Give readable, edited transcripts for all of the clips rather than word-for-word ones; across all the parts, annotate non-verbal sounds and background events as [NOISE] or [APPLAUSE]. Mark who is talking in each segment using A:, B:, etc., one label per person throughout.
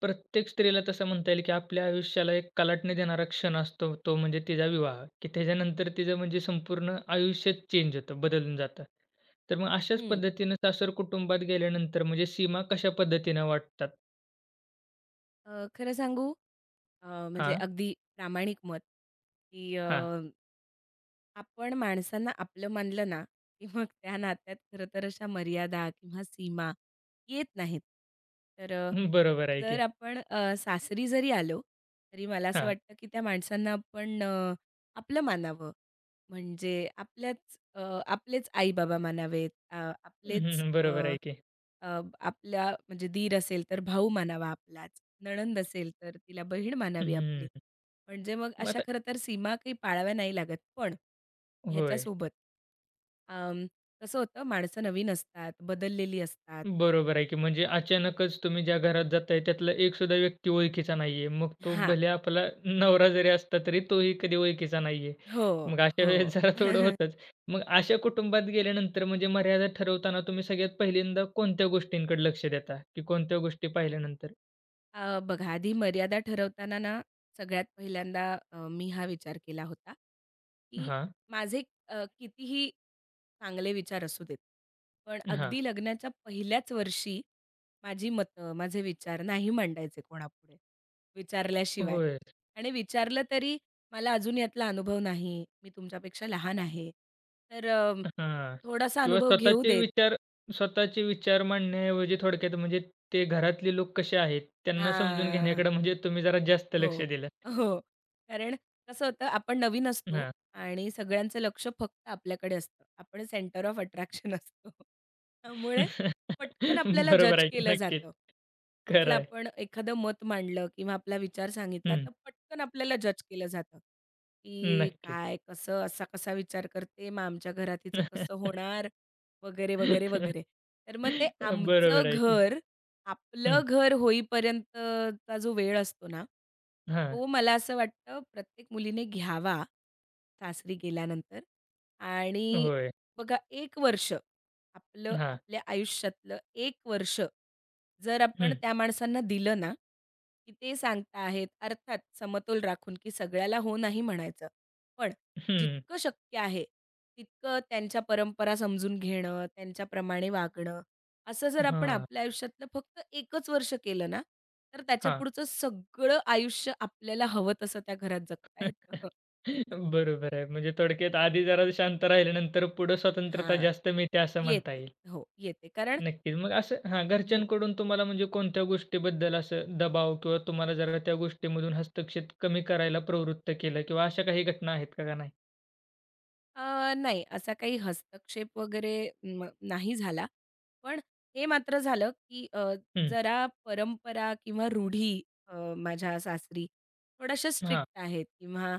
A: प्रत्येक स्त्रीला तसं म्हणता येईल, की आपल्या आयुष्याला एक कलाटणी देणारा क्षण असतो, तो म्हणजे तिचा विवाह, की त्याच्यानंतर तिचं म्हणजे संपूर्ण आयुष्यच चेंज होतं, बदलून जातं. तर मग अशाच
B: हं.
A: पद्धतीनं सासर कुटुंबात गेल्यानंतर म्हणजे सीमा कशा पद्धतीनं वाटतात?
B: खरं सांगू अ, म्हणजे
A: हां,
B: अगदी प्रामाणिक मत, की
A: हां.
B: आपण माणसांना आपलं मानलं ना, की मग त्या नात्यात खरं तर अशा मर्यादा किंवा सीमा येत नाहीत. तर
A: बरोबर आहे
B: जर
A: की.
B: आपण सासरी जरी आलो, तरी मला असं
A: हां.
B: वाटतं, की त्या माणसांना आपण आपलं मानावं. म्हणजे आपलेच आई-बाबा मानावेत,
A: हं, बरोबर आहे की.
B: आपल्या म्हणजे दीर असेल तर भाऊ मानावा आपलाच, नणंद असेल तर तिला बहीण मानावी आपली.
A: हं.
B: म्हणजे मग
A: मग
B: अशा
A: आता
B: खरं तर सीमा काही पाळाव्या नाही लागत. पण
A: होय.
B: ह्याच्यासोबत अं, कसं होतं माणसं नवीन असतात, बदललेली असतात.
A: बरोबर आहे की, म्हणजे अचानकच तुम्ही ज्या घरात जाताय त्यातला एक सुद्धा व्यक्ती ओळखीचा नाहीये. मग तो
B: हां.
A: भले आपला नवरा जरी असता तरी तोही कधी ओळखीचा नाहीये.
B: हो,
A: मग अशा
B: हो.
A: वेळेस जरा थोडं
B: [LAUGHS]
A: होतंच. मग अशा कुटुंबात गेल्यानंतर म्हणजे मर्यादा ठरवताना तुम्ही सगळ्यात पहिल्यांदा कोणत्या गोष्टींकडे लक्ष देता? की कोणत्या गोष्टी पाहिल्यानंतर?
B: बघा आधी मर्यादा ठरवताना ना, सगळ्यात पहिल्यांदा मी हा विचार केला होता, की
A: हां,
B: माझे कितीही चांगले विचार असू देत. पण
A: हां.
B: अगदी लग्नाच्या पहिल्याच वर्षी माझी मतं, माझे विचार नाही मांडायचे कोणापुढे, विचारल्याशिवाय.
A: होय.
B: आणि विचारलं तरी मला अजून यातला अनुभव नाही, मी तुमच्यापेक्षा लहान आहे. तर
A: हां.
B: थोडासा
A: किंवा
B: अनुभव घेऊ
A: स्वतःचे
B: देत.
A: विचार मांडण्याऐवजी थोडक्यात म्हणजे ते घरातले लोक कसे आहेत त्यांना समजून
B: हां.
A: घेण्याकडे म्हणजे तुम्ही जरा जास्त
B: हो.
A: लक्ष दिलं.
B: हो. कारण कसं होतं आपण नवीन असतो आणि सगळ्यांचं लक्ष फक्त आपल्याकडे असतं. आपण सेंटर ऑफ अट्रॅक्शन [LAUGHS] असतो. त्यामुळे
A: [LAUGHS]
B: पटकन आपल्याला
A: बरोबर
B: जज
A: आहे की.
B: केलं
A: नक्कीच.
B: जातं. कुठलं
A: खरं आहे.
B: आपण एखादं मत मांडलं किंवा आपला विचार सांगितला
A: हं.
B: तर पटकन आपल्याला जज केलं जातं, की
A: नक्कीच.
B: काय, कसं, असा कसा विचार करते, मग आमच्या घरात हिचं कसं होणार वगैरे, वगैरे, वगैरे.
A: [LAUGHS]
B: तर मग ते आमचं
A: बरोबर आहे की.
B: घर आपलं
A: हं.
B: घर होईपर्यंतचा जो वेळ असतो ना,
A: हां.
B: तो मला असं वाटतं प्रत्येक मुलीने घ्यावा, सासरी गेल्यानंतर आणि
A: होय.
B: बघा एक वर्ष आपलं
A: हां.
B: आपल्या आयुष्यातलं 1 वर्ष जर आपण
A: हं.
B: त्या माणसांना दिलं ना, की ते सांगताहेत अर्थात समतोल राखून, की सगळ्याला हो नाही म्हणायचं. पण
A: हं.
B: जितकं शक्य आहे, तितकं त्यांच्या परंपरा समजून घेणं, त्यांच्याप्रमाणे वागणं असं जर आपण
A: हां.
B: आपल्या आयुष्यातलं फक्त एकच वर्ष केलं ना, तर
A: हां.
B: त्याच्यापुढचं सगळं आयुष्य आपल्याला हवं तसं त्या घरात जगता
A: [LAUGHS]
B: येतं. [LAUGHS]
A: बरोबर आहे. म्हणजे थोडक्यात आधी जरा शांत राहिल्यानंतर पुढं स्वतंत्रता
B: हां.
A: जास्त मिळते असं म्हणता
B: येते.
A: येईल.
B: हो, येते. कारण
A: नक्कीच. मग असं हां,
B: हं.
A: घरच्यांकडून तुम्हाला म्हणजे कोणत्या गोष्टीबद्दल असं दबाव किंवा तुम्हाला जरा त्या गोष्टीमधून हस्तक्षेप कमी करायला प्रवृत्त केलं किंवा अशा काही घटना आहेत का, का नाही?
B: नाही असा काही हस्तक्षेप वगैरे नाही झाला. पण हे मात्र झालं, की
A: हं.
B: जरा परंपरा किंवा रूढी माझ्या सासरी थोड्याशा
A: हां.
B: स्ट्रिक्ट आहेत किंवा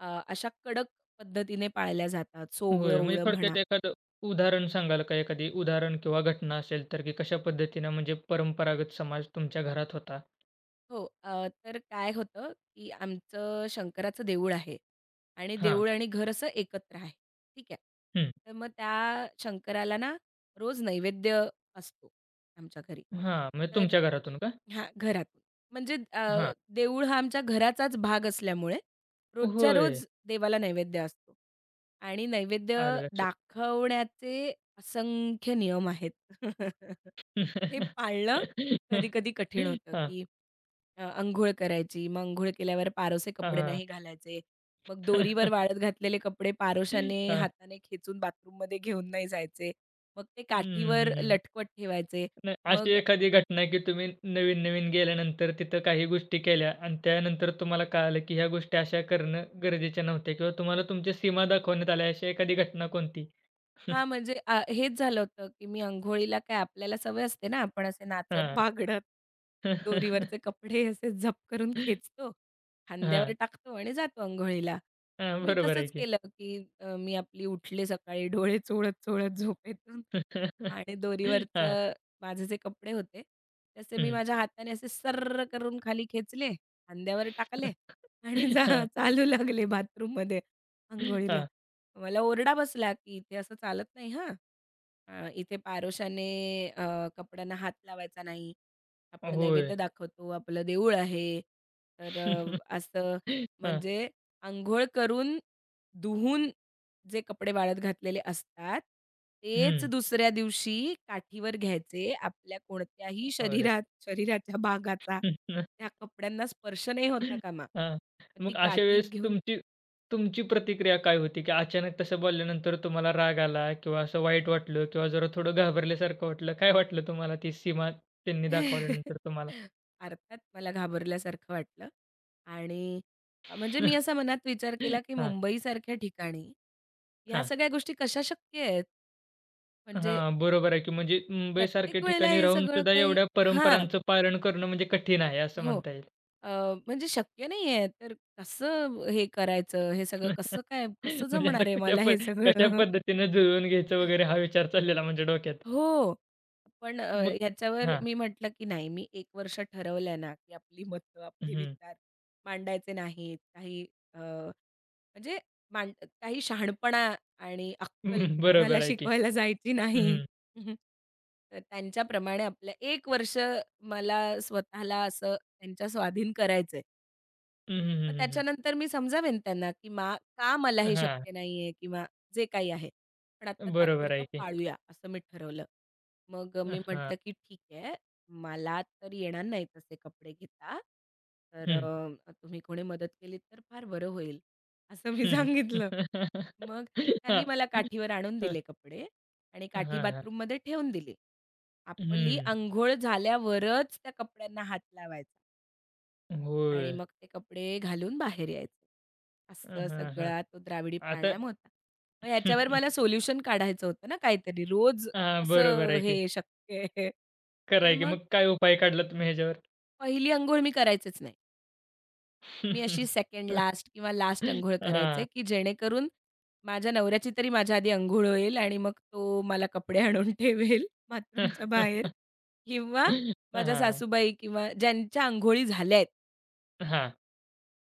B: अशा कडक पद्धतीने पाळल्या जातात.
A: होय. म्हणजे
B: सोवळं-ओवळं म्हणा.
A: थोडक्यात एखादं उदाहरण सांगाल का? एखादी उदाहरण किंवा घटना असेल तर, की कशा पद्धतीनं म्हणजे परंपरागत समाज तुमच्या घरात होता?
B: हो. तर काय होतं, की आमचं शंकराचं देऊळ आहे आणि
A: हां.
B: देऊळ आणि घर असं एकत्र आहे. ठीक आहे.
A: हं.
B: तर मग त्या शंकराला ना रोज नैवेद्य असतो आमच्या घरी.
A: हां. म्हणजे
B: तर
A: तुमच्या घरातून का?
B: हां, घरातून. म्हणजे
A: हां.
B: देऊळ हा आमच्या घराचाच भाग असल्यामुळे रोजच्या
A: होय.
B: रोज देवाला नैवेद्य असतो आणि नैवेद्य
A: आलं लक्षात.
B: दाखवण्याचे असंख्य नियम आहेत. [LAUGHS] ते पाळणं
A: [LAUGHS]
B: कधी-कधी कठीण होतं,
A: हां.
B: की अंघोळ करायची, मग अंघोळ केल्यावर पारोसे
A: हां,
B: कपडे
A: हां.
B: नाही घालायचे, मग दोरीवर वाळत घातलेले कपडे पारोशाने
A: हां.
B: हाताने खेचून बाथरूममध्ये घेऊन नाही जायचे, मग ते
A: हं,
B: काठीवर
A: हं,
B: लटकवत ठेवायचे,
A: नाही अशी
B: मग
A: एखादी घटना की तुम्ही नवीन-नवीन गेल्यानंतर तिथं काही गोष्टी केल्या आणि त्यानंतर तुम्हाला कळालं, की ह्या गोष्टी अशा करणं गरजेच्या नव्हत्या किंवा तुम्हाला तुमच्या सीमा दाखवण्यात आल्या, अशी एखादी घटना कोणती?
B: हां, म्हणजे अ, हेच झालं होतं, की मी अंघोळीला काय आपल्याला सवय असते ना, आपण असे नाचत,
A: हां.
B: बागडत, दोरीवरचे
A: [LAUGHS]
B: कपडे असे झप करून खेचतो, खांद्यावर
A: हां,
B: टाकतो आणि जातो अंघोळीला. तर
A: हां,
B: मी
A: बरोबर आहे
B: तसंच
A: की.
B: केलं, की मी आपली उठले सकाळी डोळे चोळत-चोळत झोपेतून
A: [LAUGHS]
B: आणि
A: हां,
B: माझे जे कपडे होते, तसे मी
A: हं.
B: माझ्या हाताने असे सर्र करून खाली खेचले, खांद्यावर टाकले आणि
A: हां,
B: चालू लागले बाथरूममध्ये अंघोळीला.
A: हां.
B: मला ओरडा बसला, की "इथे असं चालत नाही हां. इथे पारोशाने अ, कपड्यांना हात लावायचा नाही. आपण
A: होय.
B: नैवेद्य दाखवतो, आपलं देऊळ आहे. तर
A: [LAUGHS]
B: असं
A: हां,
B: म्हणजे अंघोळ करून, धुवून जे कपडे वाळत घातलेले असतात, तेच
A: हं.
B: दुसऱ्या दिवशी काठीवर घ्यायचे. आपल्या कोणत्याही
A: अरे!
B: शरीरात शरीराच्या भागाचा
A: [LAUGHS]
B: त्या कपड्यांना स्पर्श नाही होता कामा.
A: हां.
B: पण ती
A: मग अशा
B: काठी
A: वेळेस
B: घेऊन
A: तुमची तुमची प्रतिक्रिया काय होती? की अचानक तसं बोलल्यानंतर तुम्हाला राग आला किंवा असं वाईट वाटलं किंवा जरा थोडं घाबरल्यासारखं वाटलं. काय वाटलं तुम्हाला ती सीमा त्यांनी
B: [LAUGHS]
A: दाखवल्यानंतर तुम्हाला?
B: अर्थात मला घाबरल्यासारखं वाटलं आणि म्हणजे मी
A: [LAUGHS]
B: असा मनात विचार केला, की
A: हां,
B: मुंबईसारख्या ठिकाणी ह्या
A: हां.
B: सगळ्या गोष्टी कशा शक्य आहेत? म्हणजे
A: हां, बरोबर आहे की, म्हणजे मुंबईसारख्या
B: प्रत्येक वेळेला
A: ठिकाणी
B: हे
A: राहून
B: सगळं
A: सुद्धा
B: काही
A: एवढ्या
B: हां,
A: परंपरांचं पालन करणं म्हणजे कठीण आहे असं
B: हो.
A: म्हणता येईल.
B: अ, म्हणजे शक्य नाहीये, तर कसं हे करायचं? हे सगळं कसं
A: [LAUGHS]
B: काय कसं
A: म्हणजे आता
B: जमणार आहे मला हे
A: कशा
B: सगळं?
A: पद्धतीने जुळवून घ्यायचं वगैरे हा विचार चाललेला म्हणजे डोक्यात.
B: हो. पण
A: मग
B: ह्याच्यावर
A: हां.
B: मी म्हटलं, की नाही मी एक वर्ष ठरवलं ना, की आपली मतं, आपले
A: हं.
B: विचार मांडायचे नाहीत. काही अ, म्हणजे मांड काही शहाणपणा आणि अक्कल
A: हं,
B: कोणाला
A: बरोबर आहे की.
B: शिकवायला जायची
A: हं,
B: नाही.
A: हं.
B: [LAUGHS] तर त्यांच्याप्रमाणे आपलं 1 वर्ष मला स्वतःला असं त्यांच्या स्वाधीन करायचंय.
A: हं,
B: मग
A: हं, हं,
B: त्याच्यानंतर मी समजावेन त्यांना, की मा का मला हे
A: हां,
B: शक्य नाहीये किंवा जे काही आहे. पण आता
A: बरोबर
B: तात्पुरतं
A: आहे की.
B: पाळूया असं मी ठरवलं. मग मी
A: हां.
B: म्हटलं, की "ठीक आहे, मला तर येणार नाही तसे कपडे घेता. तर
A: हं.
B: तुम्ही कोणी मदत केली तर फार बरं होईल." असं मी [LAUGHS]
A: हं,
B: सांगितलं.
A: [LAUGHS] हं.
B: मग
A: हां,
B: त्यांनी मला काठीवर आणून
A: हं.
B: दिले कपडे आणि
A: हां,
B: काठी
A: हां.
B: बाथरूममध्ये ठेवून दिली. आपली
A: हं.
B: अंघोळ झाल्यावरच त्या कपड्यांना हात लावायचा. आणि
A: होय.
B: मग ते कपडे घालून बाहेर यायचं. असं
A: हां, हां.
B: सगळा तो द्राविडी
A: आता
B: प्राणायाम होता. मग याच्यावर मला
A: [LAUGHS]
B: सोल्युशन काढायचं होतं ना काहीतरी. रोज
A: हां, बरोबर
B: कसं
A: आहे की.
B: हे शक्य आहे?
A: खरं
B: तर
A: आहे की,
B: मग
A: मग काय उपाय काढला तुम्ही ह्याच्यावर?
B: पहिली अंघोळ मी करायचेच नाही. मी अशी
A: [LAUGHS]
B: सेकंड लास्ट किंवा लास्ट अंघोळ करायचे,
A: हां.
B: की जेणेकरून माझ्या नवऱ्याची तरी माझ्या आधी अंघोळ होईल आणि मग तो मला कपडे आणून [LAUGHS] ठेवेल बाथरूमच्या बाहेर
A: [LAUGHS]
B: किंवा माझ्या
A: हां,
B: सासूबाई किंवा ज्यांच्या अंघोळी झाल्यात
A: हां.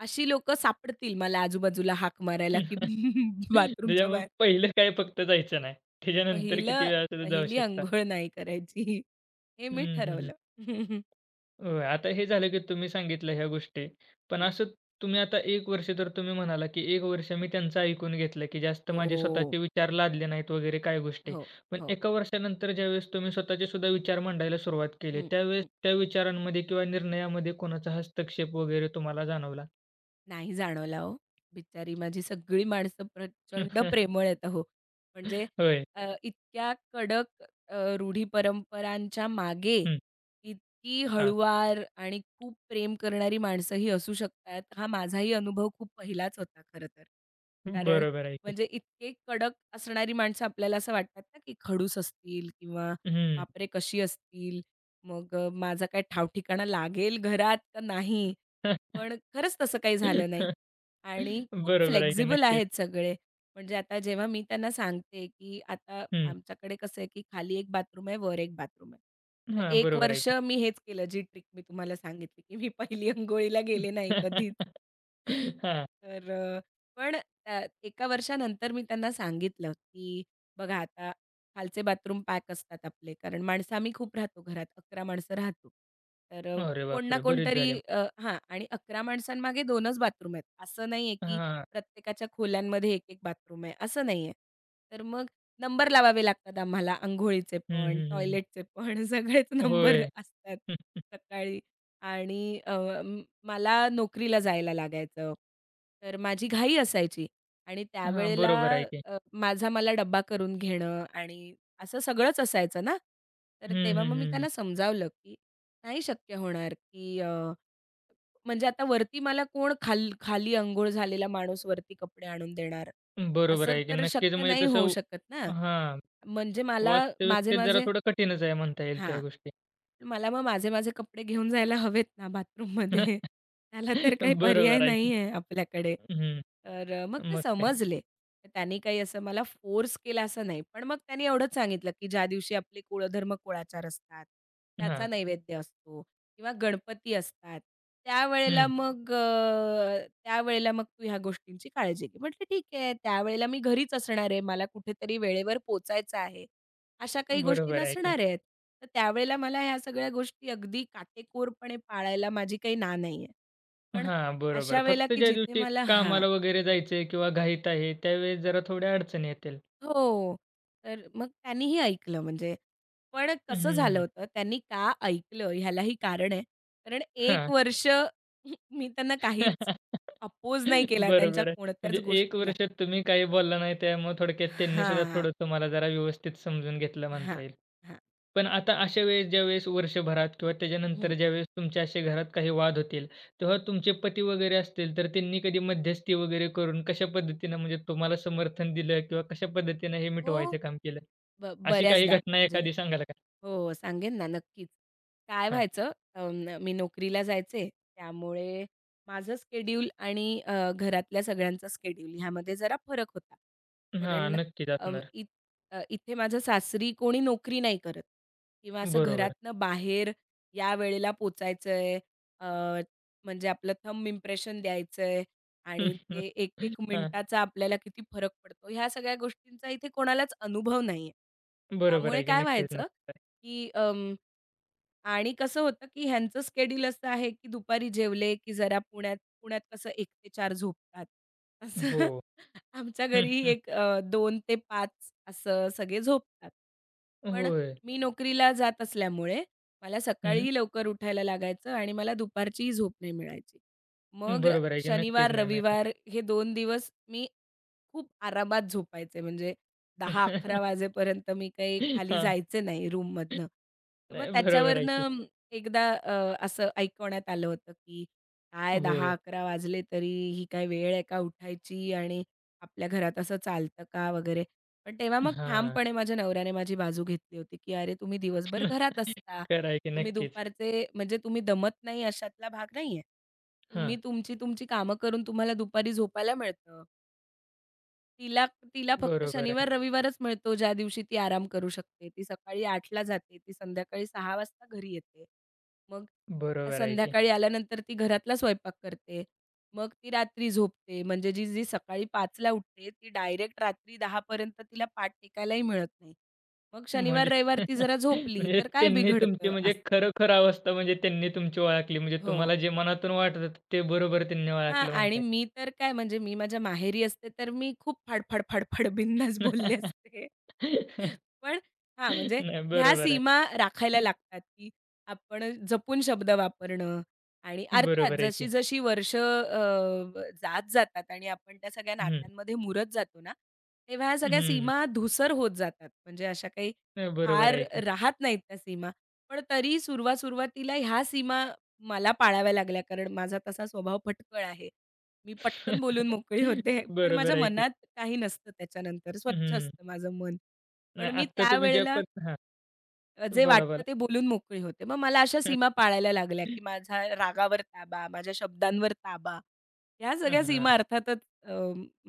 B: अशी लोकं सापडतील मला आजूबाजूला हाक मारायला, की
A: [LAUGHS]
B: [LAUGHS] बाथरूमच्या
A: त्याच्यामुळे
B: बाहेर.
A: पहिलं काय फक्त जायचं नाही. त्याच्यानंतर किती
B: पहिलं
A: वेळा सुद्धा जाऊ
B: पहिली
A: शकता.
B: अंघोळ नाही करायची हे मी
A: हं, हं, हं.
B: ठरवलं. [LAUGHS]
A: होय. आता हे झालं की तुम्ही सांगितलं ह्या गोष्टी. पण
B: हं.
A: असं तुम्ही आता 1 वर्ष तर तुम्ही म्हणाला, की 1 वर्ष मी त्यांचं ऐकून घेतलं, की जास्त माझे
B: हो,
A: स्वतःचे विचार लादले नाहीत वगैरे काही गोष्टी.
B: हो,
A: पण
B: हो.
A: एका वर्षानंतर ज्यावेळेस तुम्ही स्वतःचे सुद्धा विचार मांडायला सुरुवात केली,
B: हं,
A: त्यावेळेस
B: हं.
A: त्या विचारांमध्ये किंवा निर्णयामध्ये कोणाचा हस्तक्षेप वगैरे तुम्हाला जाणवला?
B: नाही जाणवला हो. बिचारी माझी सगळी माणसं प्रचंड
A: [LAUGHS]
B: प्रेमळ आहेत अहो. म्हणजे
A: होय.
B: इतक्या कडक रूढी परंपरांच्या मागे
A: हं.
B: इतकी
A: हां.
B: हळूवार आणि खूप प्रेम करणारी माणसंही असू शकतात. हा माझाही अनुभव खूप पहिलाच होता खरं तर. कारण
A: बरोबर आहे की.
B: म्हणजे इतके कडक असणारी माणसं आपल्याला असं वाटतात ना, की खडूस असतील किंवा
A: हं.
B: बापरे! कशी असतील? मग माझा काय ठाव लागेल घरात का नाही? पण खरंच तसं काही झालं नाही
A: [LAUGHS]
B: आणि खूप
A: बरोबर आहे की.
B: फ्लेक्सिबल
A: नक्कीच.
B: आहेत सगळे. म्हणजे आता जेव्हा मी त्यांना सांगते, की आता
A: हं.
B: आमच्याकडे कसं आहे, की खाली एक बाथरूम आहे, वर एक बाथरूम आहे. तर
A: हां.
B: 1
A: बरोबर आहे
B: वर्ष
A: की.
B: मी हेच केलं, जी ट्रिक मी तुम्हाला सांगितली, की मी पहिली अंघोळीला गेले नाही कधीच.
A: [LAUGHS] हां.
B: तर अ, पण अ, एका वर्षानंतर मी त्यांना सांगितलं, की बघा आता खालचे बाथरूम पॅक असतात आपले, कारण माणसं आम्ही खूप राहतो घरात, 11 माणसं राहतो. तर
A: अरे
B: कोण ना
A: बापरे! बरीच
B: कोणतरी
A: झाली मग.
B: अ, हां आणि 11 माणसांमागे 2च बाथरूम आहेत. असं नाहीये, की
A: हां.
B: प्रत्येकाच्या खोल्यांमध्ये 1-1 बाथरूम आहे, असं नाहीये. तर मग नंबर लावावे लागतात आम्हाला अंघोळीचे
A: हं,
B: पण,
A: हं, हं, हं.
B: टॉयलेटचे पण [LAUGHS] सगळेच नंबर
A: होय.
B: असतात
A: हं.
B: सकाळी आणि अ, म मला नोकरीला जायला लागायचं. तर माझी घाई असायची आणि
A: हां,
B: त्यावेळेला
A: बरोबर आहे की.
B: माझा मला डब्बा करून घेणं आणि असं सगळंच असायचं ना. तर
A: हं,
B: तेव्हा मग मी
A: हं, हं,
B: त्यांना समजावलं, की नाही शक्य होणार, की म्हणजे आता वरती मला कोण खाली अंघोळ झालेला माणूस वरती कपडे आणून देणार?
A: हं. बरोबर
B: असं
A: आहे की.
B: तर
A: नक्कीच,
B: शक्य
A: म्हणजे
B: नाही होऊ
A: तसं
B: शकत ना.
A: हां,
B: म्हणजे मला माझे,
A: वास्तविकतेत जरा
B: माझे
A: थोडं कठीणच आहे म्हणता येईल
B: हां.
A: त्या गोष्टी.
B: मला मग माझे, माझे कपडे घेऊन जायला हवेत ना बाथरूममध्ये. [LAUGHS]
A: [LAUGHS]
B: त्याला तर काही पर्याय
A: बरोबर आहे की.
B: नाहीये आपल्याकडे.
A: हं.
B: तर मग ते
A: मग काय?
B: समजले. तर त्यांनी काही असं मला फोर्स केला असं नाही. पण मग त्यांनी एवढंच सांगितलं, की ज्या दिवशी आपले कुळधर्म कुळाचार असतात, त्याचा
A: हां.
B: नैवेद्य असतो किंवा गणपती असतात,
A: हं.
B: त्यावेळेला मग तू ह्या गोष्टींची काळजी घे. म्हटलं ठीक आहे. त्यावेळेला मी घरीच असणार आहे. मला कुठेतरी वेळेवर पोहोचायचं आहे. अशा काही गोष्टी
A: बरोबर आहे की.
B: नसणार आहेत. तर त्यावेळेला मला ह्या सगळ्या गोष्टी अगदी काटेकोरपणे पाळायला माझी काही ना नाहीये. पण
A: हां, बरोबर.
B: अशा वेळेला,
A: फक्त
B: की
A: ज्या
B: जिथे
A: दिवशी
B: मला हां.
A: कामाला वगैरे जायचं किंवा घाईत आहे त्यावेळेस जरा थोड्या अडचणी येतील.
B: हो. तर मग त्यांनीही ऐकलं म्हणजे. पण कसं झालं
A: हं.
B: होतं, त्यांनी का ऐकलं ह्यालाही कारण आहे. कारण एक
A: हां.
B: वर्ष [LAUGHS] मी त्यांना काहीच
A: [LAUGHS]
B: अपोज नाही केला त्यांच्या
A: बरोबर आहे.
B: कोणत्याच
A: म्हणजे 1
B: गोष्टीला.
A: वर्ष तुम्ही काही बोलला नाही, त्यामुळे थोडक्यात त्यांनी सुद्धा
B: हां,
A: थोडं तुम्हाला जरा व्यवस्थित समजून घेतलं
B: हां,
A: म्हणता येईल.
B: हां.
A: पण आता अशा वेळेस ज्यावेळेस वर्षभरात किंवा त्याच्यानंतर
B: हं.
A: ज्यावेळेस तुमच्या असे घरात काही वाद होतील, तेव्हा तुमचे पती वगैरे असतील, तर त्यांनी कधी मध्यस्थी वगैरे करून कशा पद्धतीनं म्हणजे तुम्हाला समर्थन दिलं किंवा कशा पद्धतीनं हे
B: हो,
A: मिटवायचं काम केलं?
B: ब
A: अशी काही
B: बऱ्याचदा
A: घटना
B: म्हणजे
A: एखादी सांगाल का?
B: हो, सांगेन ना नक्कीच. काय
A: हां.
B: व्हायचं अं, मी नोकरीला जायचे त्यामुळे माझं स्केड्यूल आणि घरातल्या सगळ्यांचा स्केड्यूल ह्यामध्ये जरा फरक होता.
A: हां,
B: कारण
A: नक्कीच
B: अं,
A: असणार.
B: इत इथे माझ्या सासरी कोणी नोकरी नाही करत किंवा असं
A: बरोबर.
B: घरातनं बाहेर या वेळेला पोचायचंय अ, म्हणजे आपलं थंब इम्प्रेशन द्यायचंय आणि
A: [LAUGHS]
B: ते एक-एक
A: हां,
B: मिनिटाचा आपल्याला किती फरक पडतो, ह्या सगळ्या गोष्टींचा इथे कोणालाच अनुभव नाहीये.
A: बरोबर
B: त्यामुळे
A: आहे की.
B: काय
A: नक्कीच,
B: व्हायचं,
A: नक्कीच
B: की आणि कसं होतं, की ह्यांचं स्केड्यूल असं आहे, की दुपारी जेवले, की जरा पुण्यात पुण्यात कसं 1 ते 4 झोपतात.
A: आहे.
B: असं
A: हो.
B: [LAUGHS] आमच्या
A: हं,
B: घरीही
A: हं.
B: 2 ते 5 असं सगळे झोपतात. पण
A: होय.
B: मी नोकरीला जात असल्यामुळे मला
A: हं.
B: सकाळीही लवकर उठायला लागायचं आणि मला दुपारचीही झोप नाही मिळायची. मग
A: बरोबर आहे की, नक्कीच
B: शनिवार,
A: नाही मिळत.
B: रविवार हे दोन दिवस मी खूप आरामात झोपायचे. म्हणजे 10-11
A: [LAUGHS]
B: वाजेपर्यंत मी काही खाली
A: हां.
B: जायचे नाही रूममधनं. तर मग
A: नाही, बरोबर आहे की.
B: त्याच्यावरनं एकदा असं ऐकवण्यात आलं होतं, की "काय
A: होय.
B: 10-11 वाजले तरी ही काय वेळ आहे का उठायची आणि आपल्या घरात असं चालतं का?" वगैरे. पण तेव्हा मग
A: हां.
B: ठामपणे माझ्या नवऱ्याने माझी बाजू घेतली होती, की "अरे, तुम्ही दिवसभर घरात
A: [LAUGHS]
B: असता.
A: खरं आहे की
B: तुम्ही
A: नक्कीच.
B: दुपारचे म्हणजे तुम्ही दमत नाही अशातला भाग नाहीये. तुम्ही
A: हां.
B: तुमची, तुमची कामं करून तुम्हाला दुपारी झोपायला मिळतं. तिला तिला फक्त
A: बरोबर आहे.
B: शनिवार, रविवारच मिळतो, ज्या दिवशी ती आराम करू शकते. ती सकाळी 8:00ला जाते, ती संध्याकाळी 6:00 वाजता घरी येते. मग
A: बरोबर आहे की.
B: संध्याकाळी आल्यानंतर ती घरातला स्वयंपाक करते. मग ती रात्री झोपते. म्हणजे जी जी सकाळी 5:00ला उठते, ती डायरेक्ट रात्री 10:00 पर्यंत तिला पाठ टेकायलाही मिळत नाही. मग शनिवार,
A: म्हणजे
B: रविवार ती
A: [LAUGHS]
B: जरा झोपली,
A: म्हणजे
B: तर काय
A: त्यांनी तुमची
B: बिघडतं
A: म्हणजे
B: असं.
A: खरोखर अवस्था म्हणजे त्यांनी तुमची ओळखली. म्हणजे
B: हो.
A: तुम्हाला जे मनातून वाटत होतं ते बरोबर त्यांनी
B: हां
A: ओळखलं
B: आणि
A: म्हणता
B: मी तर काय म्हणजे मी माझ्या माहेरी असते, तर मी खूप फाड, फाड, फाड, बोलले असते.
A: [LAUGHS]
B: पण हां, म्हणजे
A: नाही,
B: ह्या
A: बरोबर आहे.
B: सीमा राखायला लागतात, की आपण जपून शब्द वापरणं आणि अर्थात
A: बरोबर आहे की.
B: जशी-जशी वर्ष जात जातात आणि आपण त्या सगळ्या
A: हं.
B: नात्यांमध्ये मुरत जातो ना, तेव्हा ह्या सगळ्या
A: हं.
B: सीमा धूसर होत जातात. म्हणजे अशा काही
A: नाही, बरोबर
B: फार
A: आहे की.
B: राहत नाहीत त्या सीमा. पण तरी सुरुवात-सुरुवातीला ह्या सीमा मला पाळाव्या लागल्या, कारण माझा तसा स्वभाव फटकळ आहे. मी पटकन बोलून
A: [LAUGHS]
B: मोकळी होते, पण
A: बरोबर
B: माझ्या
A: आहे की.
B: मनात काही नसतं त्याच्यानंतर, स्वच्छ
A: हं.
B: असतं माझं मन. पण
A: नाही
B: मी
A: आत्ता तुम्ही ज्या
B: त्यावेळेला
A: पद हां.
B: जे
A: बोला,
B: वाटतं
A: बोला.
B: ते बोलून मोकळी होते. मग मला अशा सीमा
A: [LAUGHS]
B: पाळायला लागल्या, की माझा रागावर ताबा, माझ्या शब्दांवर ताबा, ह्या सगळ्या
A: हां.
B: सीमा अर्थातच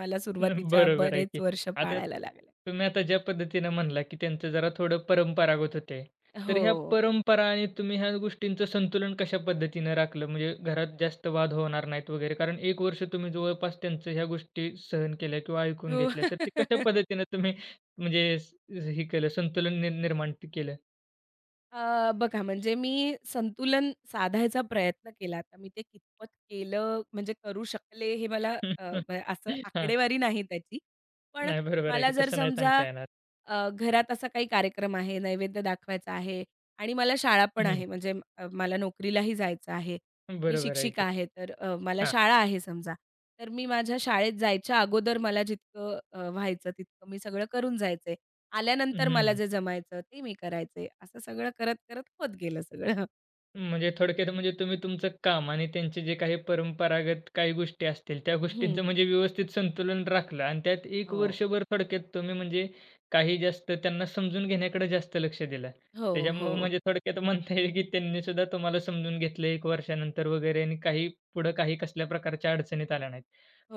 B: मला सुरुवातीच्या
A: बरोबर आहे
B: बरेच
A: की.
B: वर्ष
A: आता
B: पाळायला लागल्या.
A: तुम्ही आता ज्या पद्धतीनं म्हणला, की त्यांचं जरा थोडं परंपरागत होते. तर
B: हो.
A: ह्या परंपरा आणि तुम्ही ह्या गोष्टींचं संतुलन कशा पद्धतीनं राखलं? म्हणजे घरात जास्त वाद होणार नाहीत वगैरे. कारण 1 वर्ष तुम्ही जवळपास त्यांचं ह्या गोष्टी सहन केल्या किंवा ऐकून
B: हो.
A: घेतल्या. तर ते कशा
B: [LAUGHS]
A: पद्धतीनं तुम्ही म्हणजे हे केलं, संतुलन निर्माण केलं?
B: अ, बघा म्हणजे मी संतुलन साधायचा प्रयत्न केला. आता मी ते कितपत केलं म्हणजे करू शकले हे मला
A: [LAUGHS]
B: असं
A: हां.
B: आकडेवारी नाही त्याची. पण
A: नाही, बरोबर आहे
B: मला
A: की
B: जर
A: तसं नाही
B: समजा
A: सांगता येणार.
B: घरात असा काही कार्यक्रम आहे, नैवेद्य दाखवायचा आहे आणि मला शाळा पण
A: हं.
B: आहे म्हणजे मला नोकरीलाही जायचं आहे. मी
A: बरोबर
B: शिक्षिका
A: आहे.
B: आहे तर मला
A: हां.
B: शाळा आहे समजा. तर मी माझ्या शाळेत जायच्या अगोदर मला जितकं व्हायचं तितकं मी सगळं करून जायचंय. आल्यानंतर मला
A: हं.
B: जे जमायचं ते मी करायचंय. असं सगळं करत-करत होत गेलं सगळं.
A: म्हणजे थोडक्यात म्हणजे तुम्ही तुमचं काम आणि त्यांचे जे काही परंपरागत काही गोष्टी असतील, त्या गोष्टींचं
B: हं.
A: म्हणजे व्यवस्थित संतुलन राखलं आणि त्यात 1
B: हो.
A: वर्षभर थोडक्यात तुम्ही म्हणजे काही जास्त त्यांना समजून घेण्याकडे जास्त लक्ष दिलं.
B: हो,
A: त्याच्यामुळं
B: हो.
A: म्हणजे थोडक्यात म्हणता येईल की त्यांनी सुद्धा तुम्हाला समजून घेतलं 1 वर्षानंतर वगैरे आणि काही पुढं काही कसल्या प्रकारच्या अडचणीत आल्या नाहीत.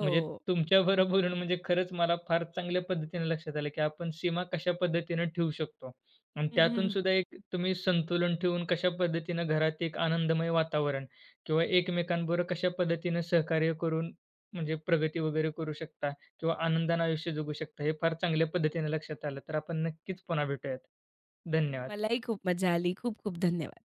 A: म्हणजे तुमच्याबरोबर बोलून म्हणजे खरंच मला फार चांगल्या पद्धतीने लक्षात आलं की आपण सीमा कशा पद्धतीने ठेवू शकतो. आणि त्यातून सुद्धा
B: [LAUGHS]
A: एक तुम्ही संतुलन ठेवून कशा पद्धतीनं घरात एक आनंदमय वातावरण किंवा एकमेकांबरोबर कशा पद्धतीनं सहकार्य करून म्हणजे प्रगती वगैरे करू शकता किंवा आनंदाने आयुष्य जगू शकता हे फार चांगल्या पद्धतीने लक्षात आलं. तर आपण नक्कीच पुन्हा भेटूयात. धन्यवाद.
B: मलाही खूप मजा आली. खूप खूप धन्यवाद.